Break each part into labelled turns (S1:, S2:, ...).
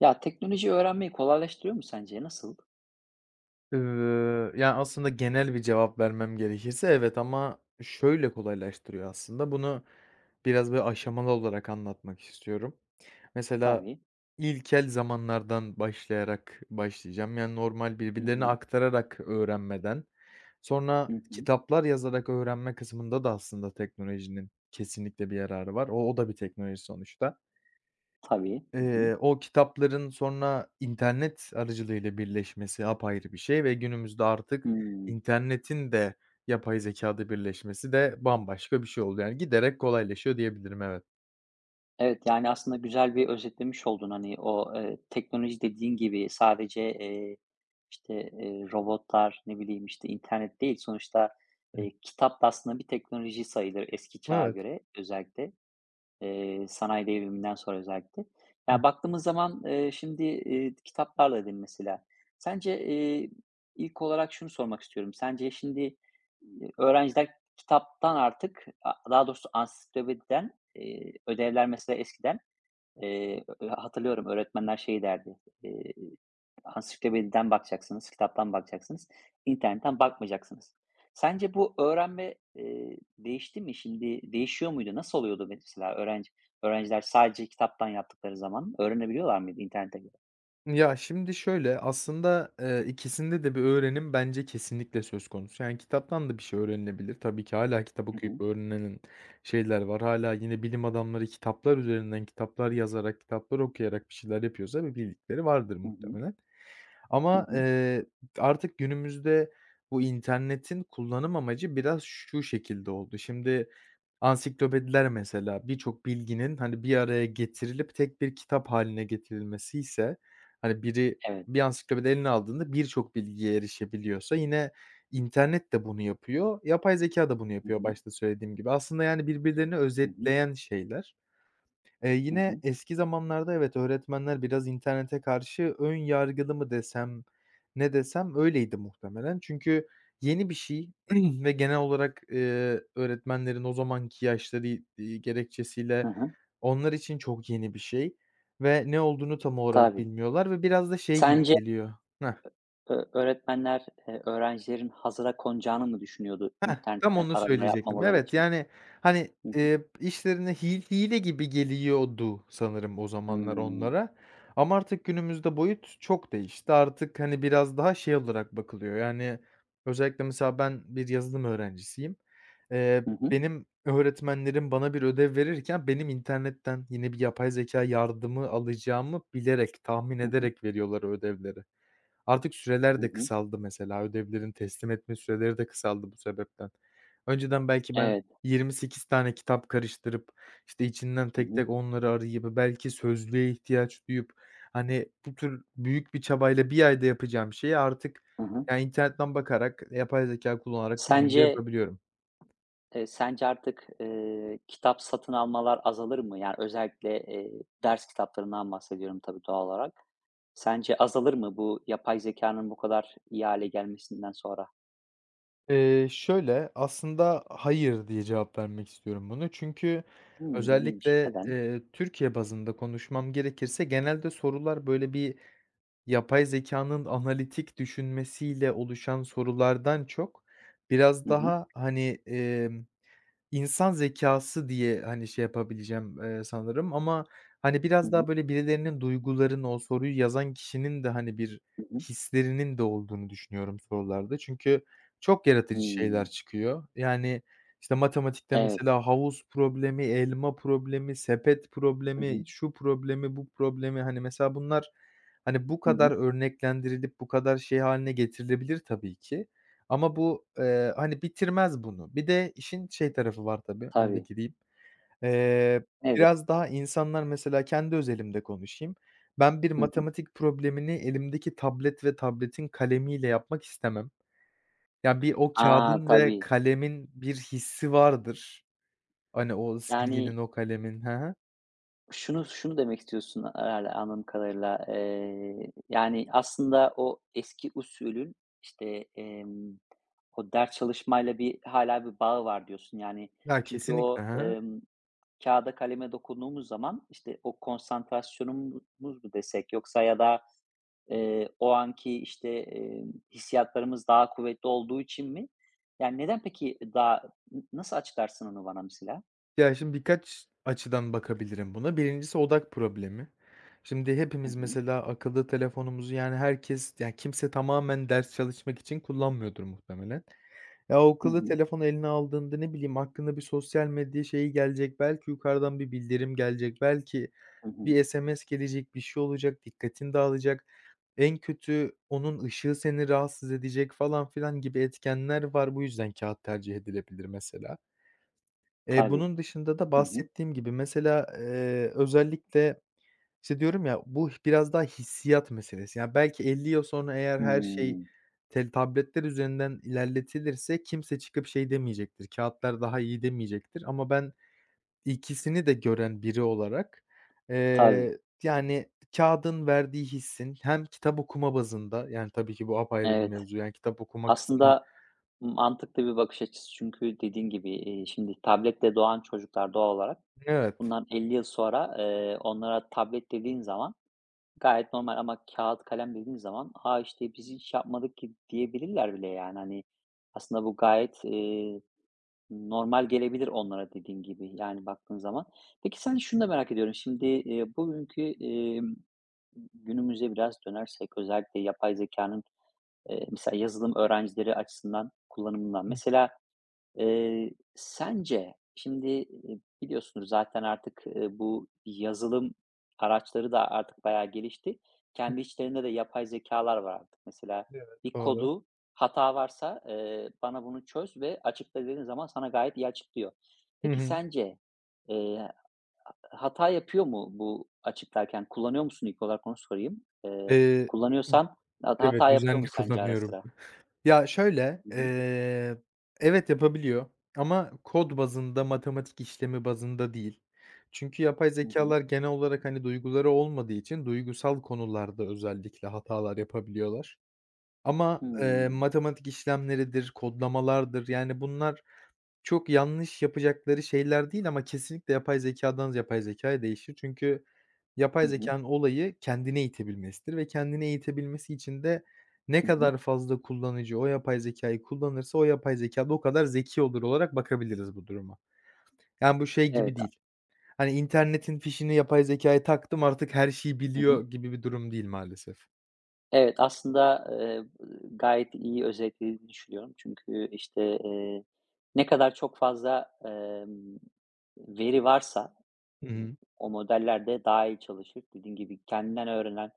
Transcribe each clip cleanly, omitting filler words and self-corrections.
S1: Ya, teknoloji öğrenmeyi kolaylaştırıyor mu sence? Nasıl?
S2: Ya, aslında genel bir cevap vermem gerekirse evet ama şöyle kolaylaştırıyor aslında. Bunu biraz böyle aşamalı olarak anlatmak istiyorum. Mesela
S1: Tabii.
S2: ilkel zamanlardan başlayarak başlayacağım. Yani normal
S1: Hı
S2: birbirlerine
S1: hı.
S2: aktararak öğrenmeden, sonra
S1: Hı hı.
S2: kitaplar yazarak öğrenme kısmında da aslında teknolojinin kesinlikle bir yararı var. O da bir teknoloji sonuçta.
S1: Tabii. Hı hı.
S2: O kitapların sonra internet aracılığıyla birleşmesi apayrı bir şey ve günümüzde artık
S1: Hımm.
S2: internetin de yapay zekâda birleşmesi de bambaşka bir şey oldu. Yani giderek kolaylaşıyor diyebilirim, evet.
S1: Evet, yani, aslında güzel bir özetlemiş oldun. Hani, o, teknoloji dediğin gibi sadece, işte, robotlar, ne bileyim, işte, internet değil. Sonuçta,
S2: Hıh.
S1: kitap da aslında bir teknoloji sayılır eski çağa
S2: Evet.
S1: göre özellikle. Sanayi devriminden sonra özellikle.
S2: Hı.
S1: Ya, baktığımız zaman, şimdi, kitaplarla dedin mesela. Sence, ilk olarak şunu sormak istiyorum. Sence şimdi, öğrenciler kitaptan artık daha doğrusu ansiklopediden, ödevler mesela eskiden. Hatırlıyorum, öğretmenler şey derdi, eee, ansiklopediden bakacaksınız, kitaptan bakacaksınız, internetten bakmayacaksınız. Sence bu öğrenme, değişti mi? Şimdi değişiyor muydu? Nasıl oluyordu mesela öğrenciler sadece kitaptan yaptıkları zaman öğrenebiliyorlar mıydı internete göre?
S2: Ya, şimdi şöyle, aslında, ikisinde de bir öğrenim bence kesinlikle söz konusu. Yani kitaptan da bir şey öğrenilebilir. Tabii ki hâlâ kitap
S1: Hı
S2: okuyup
S1: hı.
S2: öğrenilen şeyler var. Hâlâ yine bilim adamları kitaplar üzerinden, kitaplar yazarak, kitaplar okuyarak bir şeyler yapıyorsa bir bildikleri vardır
S1: Hı hı.
S2: muhtemelen.
S1: Hı
S2: Ama,
S1: hı.
S2: artık günümüzde bu internetin kullanım amacı biraz şu şekilde oldu. Şimdi ansiklopediler mesela birçok bilginin, hani, bir araya getirilip tek bir kitap haline getirilmesi ise hani, biri
S1: Evet.
S2: bir ansiklopedi eline aldığında birçok bilgiye erişebiliyorsa yine internet de bunu yapıyor, yapay zeka da bunu
S1: Hı
S2: yapıyor
S1: hı.
S2: başta söylediğim gibi. Aslında, yani, birbirlerini
S1: Hı hı.
S2: özetleyen şeyler.
S1: Hı
S2: Yine
S1: hı.
S2: eski zamanlarda evet, öğretmenler biraz internete karşı ön yargılı mı desem, ne desem öyleydi muhtemelen. Çünkü yeni bir şey ve genel olarak, öğretmenlerin o zamanki yaşları, gerekçesiyle
S1: Hı hı.
S2: onlar için çok yeni bir şey ve ne olduğunu tam olarak
S1: Tabii.
S2: bilmiyorlar ve biraz da şey gibi
S1: Sence
S2: geliyor. Heh.
S1: öğretmenler, öğrencilerin hazıra konacağını mı düşünüyordu
S2: Heh, tam
S1: internetten
S2: onu
S1: arama
S2: söyleyecektim.
S1: yapmamaları
S2: Evet,
S1: için?
S2: yani, hani, işlerine hile gibi geliyordu sanırım o zamanlar
S1: Hımm.
S2: onlara ama artık günümüzde boyut çok değişti. Artık, hani, biraz daha şey olarak bakılıyor, yani, özellikle mesela ben bir yazılım öğrencisiyim. Eee,
S1: Hı hı.
S2: Benim öğretmenlerim bana bir ödev verirken benim internetten yine bir yapay zeka yardımı alacağımı bilerek, tahmin
S1: Hı hı.
S2: ederek veriyorlar o ödevleri. Artık süreler
S1: Hı
S2: de
S1: hı.
S2: kısaldı mesela. Ödevlerin teslim etme süreleri de kısaldı bu sebepten. Önceden belki ben
S1: Evet.
S2: 28 tane kitap karıştırıp, işte, içinden
S1: Hı
S2: tek
S1: hı.
S2: tek onları arayıp, belki sözlüğe ihtiyaç duyup, hani, bu tür büyük bir çabayla bir ayda yapacağım şeyi artık,
S1: Hı hı.
S2: ya, internetten bakarak, yapay zekâ kullanarak bir
S1: Sence,
S2: günde yapabiliyorum.
S1: sence artık, kitap satın almalar azalır mı? Yani özellikle, ders kitaplarından bahsediyorum, tabii, doğal olarak. Sence azalır mı bu yapay zekânın bu kadar iyi hâle gelmesinden sonra?
S2: Şöyle, aslında hayır diye cevap vermek istiyorum bunu. Çünkü
S1: Hımm, ilginç.
S2: özellikle,
S1: Neden?
S2: Türkiye bazında konuşmam gerekirse genelde sorular böyle bir yapay zeka'nın analitik düşünmesiyle oluşan sorulardan çok biraz
S1: Hı hı.
S2: daha, hani, İnsan zekası diye, hani, şey yapabileceğim, sanırım ama, hani,
S1: Hı
S2: biraz
S1: hı.
S2: daha böyle birilerinin duygularının, o soruyu yazan kişinin de, hani, bir
S1: Hı hı.
S2: hislerinin de olduğunu düşünüyorum sorularda. Çünkü çok yaratıcı şeyler
S1: Hımm.
S2: çıkıyor. Yani, işte, matematikte
S1: Evet.
S2: mesela havuz problemi, elma problemi, sepet
S1: Hı
S2: problemi,
S1: hı.
S2: şu problemi, bu problemi, hani, mesela bunlar, hani, bu
S1: Hı
S2: kadar
S1: hı.
S2: örneklendirilip bu kadar şey haline getirilebilir tabii ki ama bu, hani, bitirmez bunu. Bir de işin şey tarafı var tabii. Onu da
S1: Tabii.
S2: gireyim. Eee,
S1: Evet.
S2: Biraz daha insanlar mesela kendi özelimde konuşayım. Ben bir
S1: Hı hı.
S2: matematik problemini elimdeki tablet ve tabletin kalemiyle yapmak istemem. Ya, bir o
S1: A,
S2: kâğıdın ve
S1: tabii.
S2: kalemin bir hissi vardır. Hani, o silginin,
S1: Yani,
S2: o kalemin. Hı hı.
S1: şunu demek istiyorsun herhâlde, anladığım kadarıyla. Yani, aslında o eski usulün, işte, o ders çalışmayla bir hâlâ bir bağı var diyorsun. Yani,
S2: Ya,
S1: çünkü
S2: kesinlikle.
S1: o,
S2: Hı hı.
S1: kâğıda kaleme dokunduğumuz zaman, işte, o konsantrasyonumuz mu desek, yoksa ya da, o anki, işte, hissiyatlarımız daha kuvvetli olduğu için mi? Yani, neden peki daha nasıl açıklarsın onu bana mesela?
S2: Ya, şimdi birkaç açıdan bakabilirim buna. Birincisi odak problemi. Şimdi
S1: Hı
S2: hepimiz
S1: hı.
S2: mesela akıllı telefonumuzu, yani, herkes, yani kimse tamamen ders çalışmak için kullanmıyordur muhtemelen. Ya, o
S1: Hı
S2: akıllı
S1: hı.
S2: telefonu eline aldığında, ne bileyim, aklına bir sosyal medya şeyi gelecek, belki yukarıdan bir bildirim gelecek, belki
S1: Hı hı.
S2: bir SMS gelecek, bir şey olacak, dikkatin dağılacak. En kötü onun ışığı seni rahatsız edecek falan filan gibi etkenler var. Bu yüzden kağıt tercih edilebilir mesela.
S1: Tabii.
S2: Bunun dışında da
S1: Hı hı.
S2: bahsettiğim gibi mesela, özellikle, işte, diyorum ya, bu biraz daha hissiyat meselesi. Yani, belki 50 yıl sonra eğer her şey
S1: Hımm.
S2: tel tabletler üzerinden ilerletilirse kimse çıkıp şey demeyecektir, kâğıtlar daha iyi demeyecektir ama ben ikisini de gören biri olarak,
S1: Tabii,
S2: yani, kâğıdın verdiği hissin hem kitap okuma bazında, yani, tabii ki bu apayrı bir
S1: evet.
S2: mevzu, yani, kitap okuma kısmı.
S1: Aslında mantıklı bir bakış açısı, çünkü dediğin gibi, şimdi tabletle doğan çocuklar doğal olarak
S2: Evet.
S1: bundan 50 yıl sonra, onlara tablet dediğin zaman gayet normal, ama kâğıt kalem dediğin zaman, "A, işte, biz hiç yapmadık ki." diyebilirler bile, yani, hani, aslında bu gayet, normal gelebilir onlara, dediğin gibi, yani, baktığın zaman. Peki, sen, şunu da merak ediyorum. Şimdi, bugünkü, günümüze biraz dönersek, özellikle yapay zekânın. Mesela yazılım öğrencileri açısından kullanımından.
S2: Hı.
S1: Mesela, sence şimdi, biliyorsunuz zaten artık, bu yazılım araçları da artık bayağı gelişti. Kendi içlerinde de yapay zekalar var artık. Mesela
S2: Evet,
S1: bir
S2: doğru.
S1: kodu, hata varsa, "Bana bunu çöz ve açıkla." dediğin zaman sana gayet iyi açıklıyor.
S2: Hı
S1: Peki
S2: hı.
S1: sence, eee, hata yapıyor mu bu açıklarken? Kullanıyor musun? İlk olarak onu sorayım.
S2: Eee
S1: Kullanıyorsan,
S2: Evet,
S1: hata yapıyor mu
S2: düzenli
S1: sence ara
S2: kullanıyorum.
S1: sıra?
S2: Ya, şöyle,
S1: Hı hı.
S2: evet, yapabiliyor ama kod bazında, matematik işlemi bazında değil. Çünkü yapay
S1: Hı hı.
S2: zekâlar genel olarak, hani, duyguları olmadığı için duygusal konularda özellikle hatalar yapabiliyorlar. Ama,
S1: Hımm.
S2: matematik işlemleridir, kodlamalardır, yani bunlar çok yanlış yapacakları şeyler değil ama kesinlikle yapay zekâdan yapay zekâya değişir. Çünkü yapay
S1: Hı hı.
S2: zekânın olayı kendini eğitebilmesidir ve kendini eğitebilmesi için de ne
S1: Hı hı.
S2: kadar fazla kullanıcı o yapay zekâyı kullanırsa o yapay zekâ da o kadar zeki olur olarak bakabiliriz bu duruma. Yani bu şey
S1: Evet.
S2: gibi değil. Hani internetin fişini yapay zekâya taktım artık her şeyi
S1: Hı hı.
S2: biliyor gibi bir durum değil maalesef.
S1: Evet, aslında, gayet iyi özetlediğini düşünüyorum. Çünkü, işte, ne kadar çok fazla, veri varsa,
S2: Hı
S1: ımm,
S2: hı.
S1: o modeller de daha iyi çalışır. Dediğin gibi kendinden öğrenen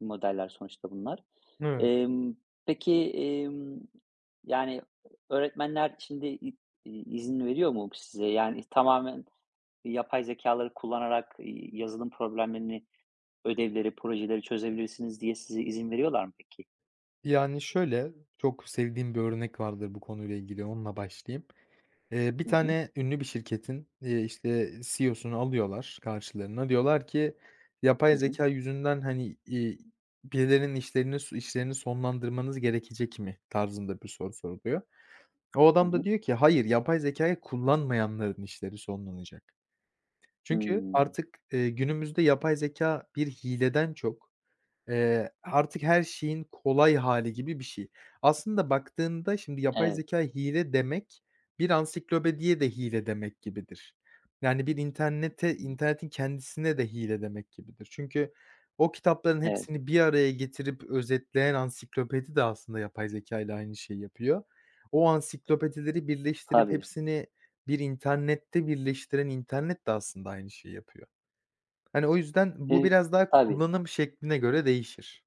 S1: modeller sonuçta bunlar.
S2: Evet.
S1: Emm, peki, yani, öğretmenler şimdi izin veriyor mu size? Yani, tamamen yapay zekaları kullanarak, yazılım problemlerini, ödevleri, projeleri çözebilirsiniz diye size izin veriyorlar mı peki?
S2: Yani, şöyle, çok sevdiğim bir örnek vardır bu konuyla ilgili, onunla başlayayım. Bir
S1: Hı hı.
S2: tane ünlü bir şirketin, işte, CEO'sunu alıyorlar karşılarına. Diyorlar ki,
S1: Hı
S2: "Yapay
S1: hı.
S2: zeka yüzünden, hani, birilerinin işlerini sonlandırmanız gerekecek mi?" tarzında bir soru soruluyor. O
S1: Hı
S2: adam da
S1: hı.
S2: diyor ki, "Hayır, yapay zekâyı kullanmayanların işleri sonlanacak." Çünkü
S1: Hımm.
S2: artık, günümüzde yapay zeka bir hileden çok artık her şeyin kolay hali gibi bir şey. Aslında baktığında şimdi yapay
S1: Evet.
S2: zekâ hile demek, bir ansiklopediye de hile demek gibidir. Yani bir internete
S1: Hımm.
S2: internetin kendisine de hile demek gibidir. Çünkü o kitapların
S1: Evet.
S2: hepsini bir araya getirip özetleyen ansiklopedi de aslında yapay zekâyla aynı şeyi yapıyor. O ansiklopedileri birleştirip
S1: Tabii.
S2: hepsini bir internette birleştiren internet de aslında aynı şeyi yapıyor. Hani, o yüzden bu
S1: Eee,
S2: biraz daha
S1: tabii.
S2: kullanım şekline göre değişir.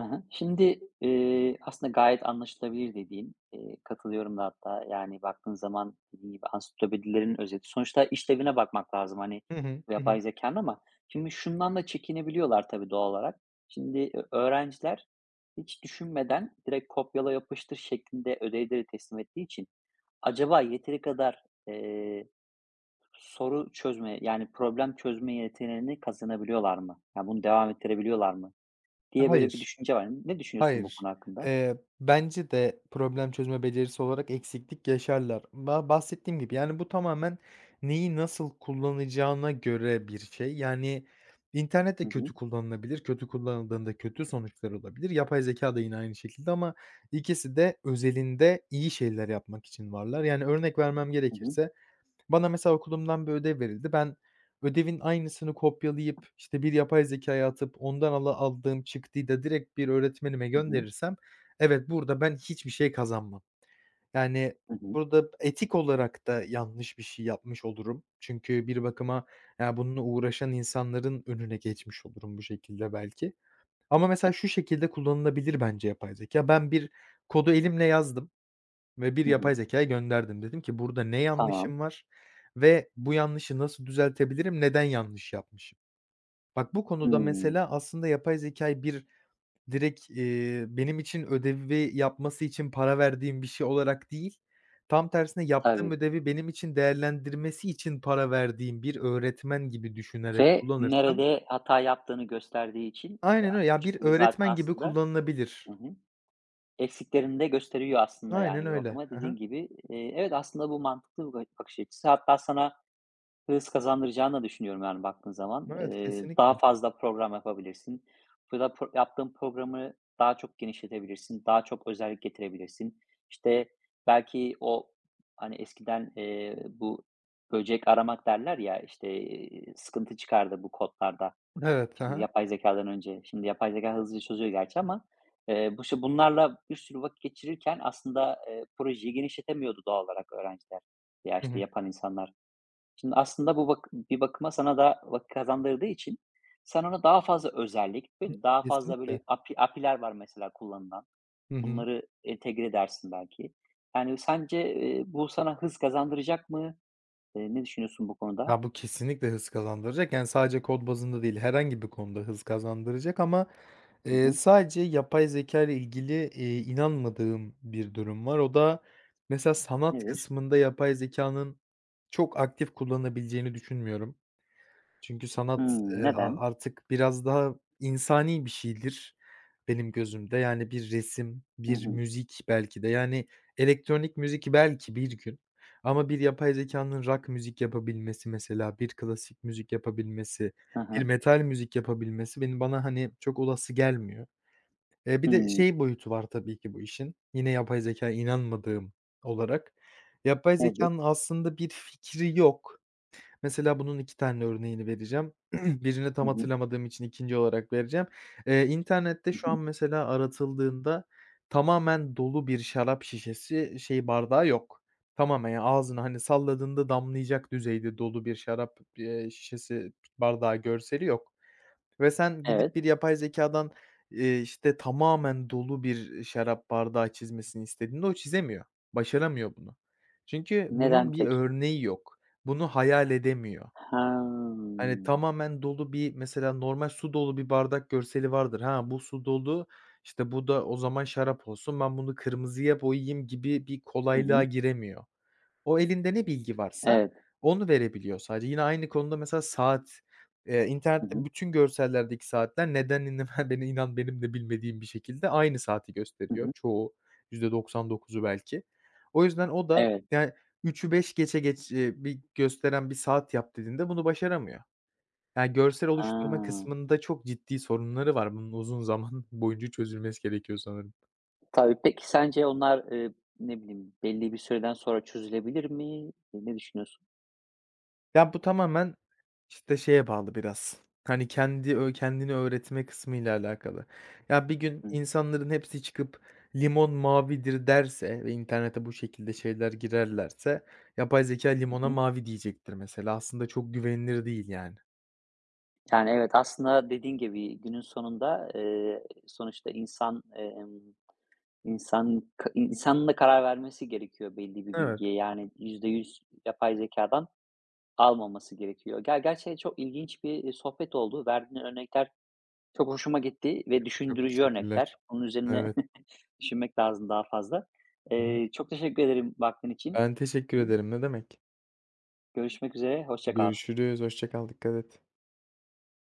S1: Hı hı. Şimdi, aslında gayet anlaşılabilir dediğin, katılıyorum da hatta. Yani baktığın zaman dediğin gibi ansiklopedilerin özeti. Sonuçta işlevine bakmak lazım, hani,
S2: Hı hı.
S1: bu
S2: Hı hı.
S1: yapay zekânın, ama şimdi şundan da çekinebiliyorlar, tabii, doğal olarak. Şimdi öğrenciler hiç düşünmeden, direkt kopyala yapıştır şeklinde ödevleri teslim ettiği için, acaba yeteri kadar, soru çözme, yani problem çözme yeteneğini kazanabiliyorlar mı? Ya, bunu devam ettirebiliyorlar mı diye böyle bir
S2: Hayır,
S1: düşünce var. Ne düşünüyorsun bu
S2: hayır.
S1: konu hakkında?
S2: Bence de problem çözme becerisi olarak eksiklik yaşarlar. Bahsettiğim gibi, yani, bu tamamen neyi nasıl kullanacağına göre bir şey. Yani, internet de
S1: Hı hı.
S2: kötü kullanılabilir, kötü kullanıldığında kötü sonuçlar olabilir. Yapay zeka da yine aynı şekilde ama ikisi de özelinde iyi şeyler yapmak için varlar. Yani, örnek vermem
S1: Hı hı.
S2: gerekirse. Bana mesela okulumdan bir ödev verildi. Ben ödevin aynısını kopyalayıp, işte, bir yapay zekâya atıp ondan aldığım çıktıyı da direkt bir öğretmenime
S1: Hı hı.
S2: gönderirsem, evet, burada ben hiçbir şey kazanmam. Yani,
S1: Hı hı.
S2: burada etik olarak da yanlış bir şey yapmış olurum. Çünkü bir bakıma, ya, bununla uğraşan insanların önüne geçmiş olurum bu şekilde belki. Ama mesela şu şekilde kullanılabilir bence yapay zekâ. Ben bir kodu elimle yazdım. Ve bir
S1: Hı
S2: yapay
S1: hı.
S2: zekaya gönderdim. Dedim ki burada ne
S1: Tamam.
S2: yanlışım var ve bu yanlışı nasıl düzeltebilirim, neden yanlış yapmışım? Bak bu konuda
S1: Hımm.
S2: mesela aslında yapay zekâyı bir direkt, benim için ödevi yapması için para verdiğim bir şey olarak değil, tam tersine yaptığım
S1: Tabii,
S2: ödevi benim için değerlendirmesi için para verdiğim bir öğretmen gibi düşünerek
S1: ve
S2: kullanırsam.
S1: nerede hata yaptığını gösterdiği için,
S2: Aynen
S1: ya,
S2: öyle.
S1: o
S2: Ya, bir
S1: şekilde zaten
S2: öğretmen gibi
S1: aslında.
S2: kullanılabilir.
S1: Hı hı. Eksiklerini de gösteriyor aslında,
S2: Aynen
S1: yani bir
S2: öyle.
S1: bakıma
S2: Hı.
S1: dediğin gibi. Evet, aslında bu mantıklı bir bakış açısı. Hatta sana hız kazandıracağını da düşünüyorum, yani baktığın zaman.
S2: Evet,
S1: Daha
S2: kesinlikle.
S1: fazla program yapabilirsin. Bu da yaptığın programı daha çok genişletebilirsin, daha çok özellik getirebilirsin. İşte, belki o, hani, eskiden, bu böcek aramak derler ya, işte, sıkıntı çıkardı bu kodlarda,
S2: Evet, hı
S1: şimdi
S2: hı.
S1: yapay zekâdan önce. Şimdi yapay zeka hızlıca çözüyor gerçi, ama, bu işte, bunlarla bir sürü vakit geçirirken aslında, projeyi genişletemiyordu doğal olarak öğrenciler, ya
S2: Hı
S1: işte,
S2: hı.
S1: yapan insanlar. Şimdi aslında bu, bak, bir bakıma sana da vakit kazandırdığı için sen ona daha fazla özellik
S2: Evet,
S1: ve daha fazla
S2: kesinlikle.
S1: böyle API API'ler var mesela, kullanılan.
S2: Hı hı.
S1: Bunları entegre edersin belki. Yani sence, bu sana hız kazandıracak mı? Ne düşünüyorsun bu konuda?
S2: Ya, bu kesinlikle hız kazandıracak. Yani, sadece kod bazında değil, herhangi bir konuda hız kazandıracak ama,
S1: Hı hı.
S2: sadece yapay zeka ile ilgili, inanmadığım bir durum var. O da mesela sanat
S1: Nedir?
S2: kısmında yapay zeka'nın çok aktif kullanabileceğini düşünmüyorum. Çünkü sanat,
S1: Hımm, neden?
S2: artık biraz daha insani bir şeydir benim gözümde. Yani bir resim,
S1: Hı
S2: bir
S1: hı.
S2: müzik belki de. Yani elektronik müzik belki bir gün ama bir yapay zekanın rock müzik yapabilmesi mesela, bir klasik müzik yapabilmesi,
S1: Hı
S2: bir
S1: hı.
S2: metal müzik yapabilmesi benim bana, hani, çok olası gelmiyor. Bir de
S1: Hımm.
S2: şey boyutu var tabii ki bu işin, yine yapay zeka inanmadığım olarak. Yapay
S1: Nedir?
S2: zekânın aslında bir fikri yok. Mesela bunun 2 tane örneğini vereceğim. Birini
S1: Hı
S2: tam
S1: hı.
S2: hatırlamadığım için ikinci olarak vereceğim. İnternette
S1: Hı
S2: şu
S1: hı.
S2: an mesela aratıldığında tamamen dolu bir şarap şişesi, şey, bardağı yok. Tamamen, yani, ağzına, hani, salladığında damlayacak düzeyde dolu bir şarap, şişesi bardağı görseli yok ve sen gidip bir
S1: Evet.
S2: yapay zeka'dan işte, tamamen dolu bir şarap bardağı çizmesini istediğinde o çizemiyor. Başaramıyor bunu. Çünkü
S1: Neden
S2: bunun bir
S1: peki?
S2: örneği yok. Bunu hayal edemiyor.
S1: Ha.
S2: Hani, tamamen dolu bir mesela normal su dolu bir bardak görseli vardır. Ha, bu su dolu, işte, bu da o zaman şarap olsun, ben bunu kırmızıya boyayayım gibi bir
S1: Hı
S2: kolaylığa
S1: hı.
S2: giremiyor. O elinde ne bilgi varsa
S1: Evet.
S2: onu verebiliyor sadece. Yine aynı konuda mesela saat,
S1: Hı
S2: internette
S1: hı.
S2: bütün görsellerdeki saatler neden inan benim de bilmediğim bir şekilde aynı saati
S1: Hı
S2: gösteriyor
S1: hı.
S2: çoğu, %99'u belki. O yüzden o da
S1: Evet.
S2: yani üçü beş geçe geç bir gösteren bir saat yap dediğinde bunu başaramıyor. Ya, görsel
S1: Ha.
S2: oluşturma kısmında çok ciddi sorunları var. Bunun uzun zaman boyunca çözülmesi gerekiyor sanırım.
S1: Tabii. Peki sence onlar, ne bileyim, belli bir süreden sonra çözülebilir mi? E, ne düşünüyorsun?
S2: Ya, bu tamamen, işte, şeye bağlı biraz, hani, kendi kendini öğretme kısmıyla alakalı. Ya, bir gün
S1: Hı
S2: insanların hepsi çıkıp "Limon mavidir." derse ve internete bu şekilde şeyler girerlerse yapay zeka limona
S1: hı.
S2: mavi diyecektir mesela. Aslında çok güvenilir değil yani.
S1: Yani, evet, aslında dediğin gibi günün sonunda, sonuçta insanın da karar vermesi gerekiyor belli bir
S2: Evet,
S1: bilgiye. Yani %100 yapay zekâdan almaması gerekiyor. Gerçekten çok ilginç bir, sohbet oldu. Verdiğin örnekler çok hoşuma gitti ve
S2: çok
S1: düşündürücü
S2: teşekkürler.
S1: örnekler. Bunun üzerine
S2: Evet.
S1: düşünmek lazım daha fazla.
S2: Hı hı.
S1: Çok teşekkür ederim vaktin için.
S2: Ben teşekkür
S1: Hı.
S2: ederim, ne demek.
S1: Görüşmek üzere, hoşça kal.
S2: Görüşürüz, hoşça kal, dikkat et.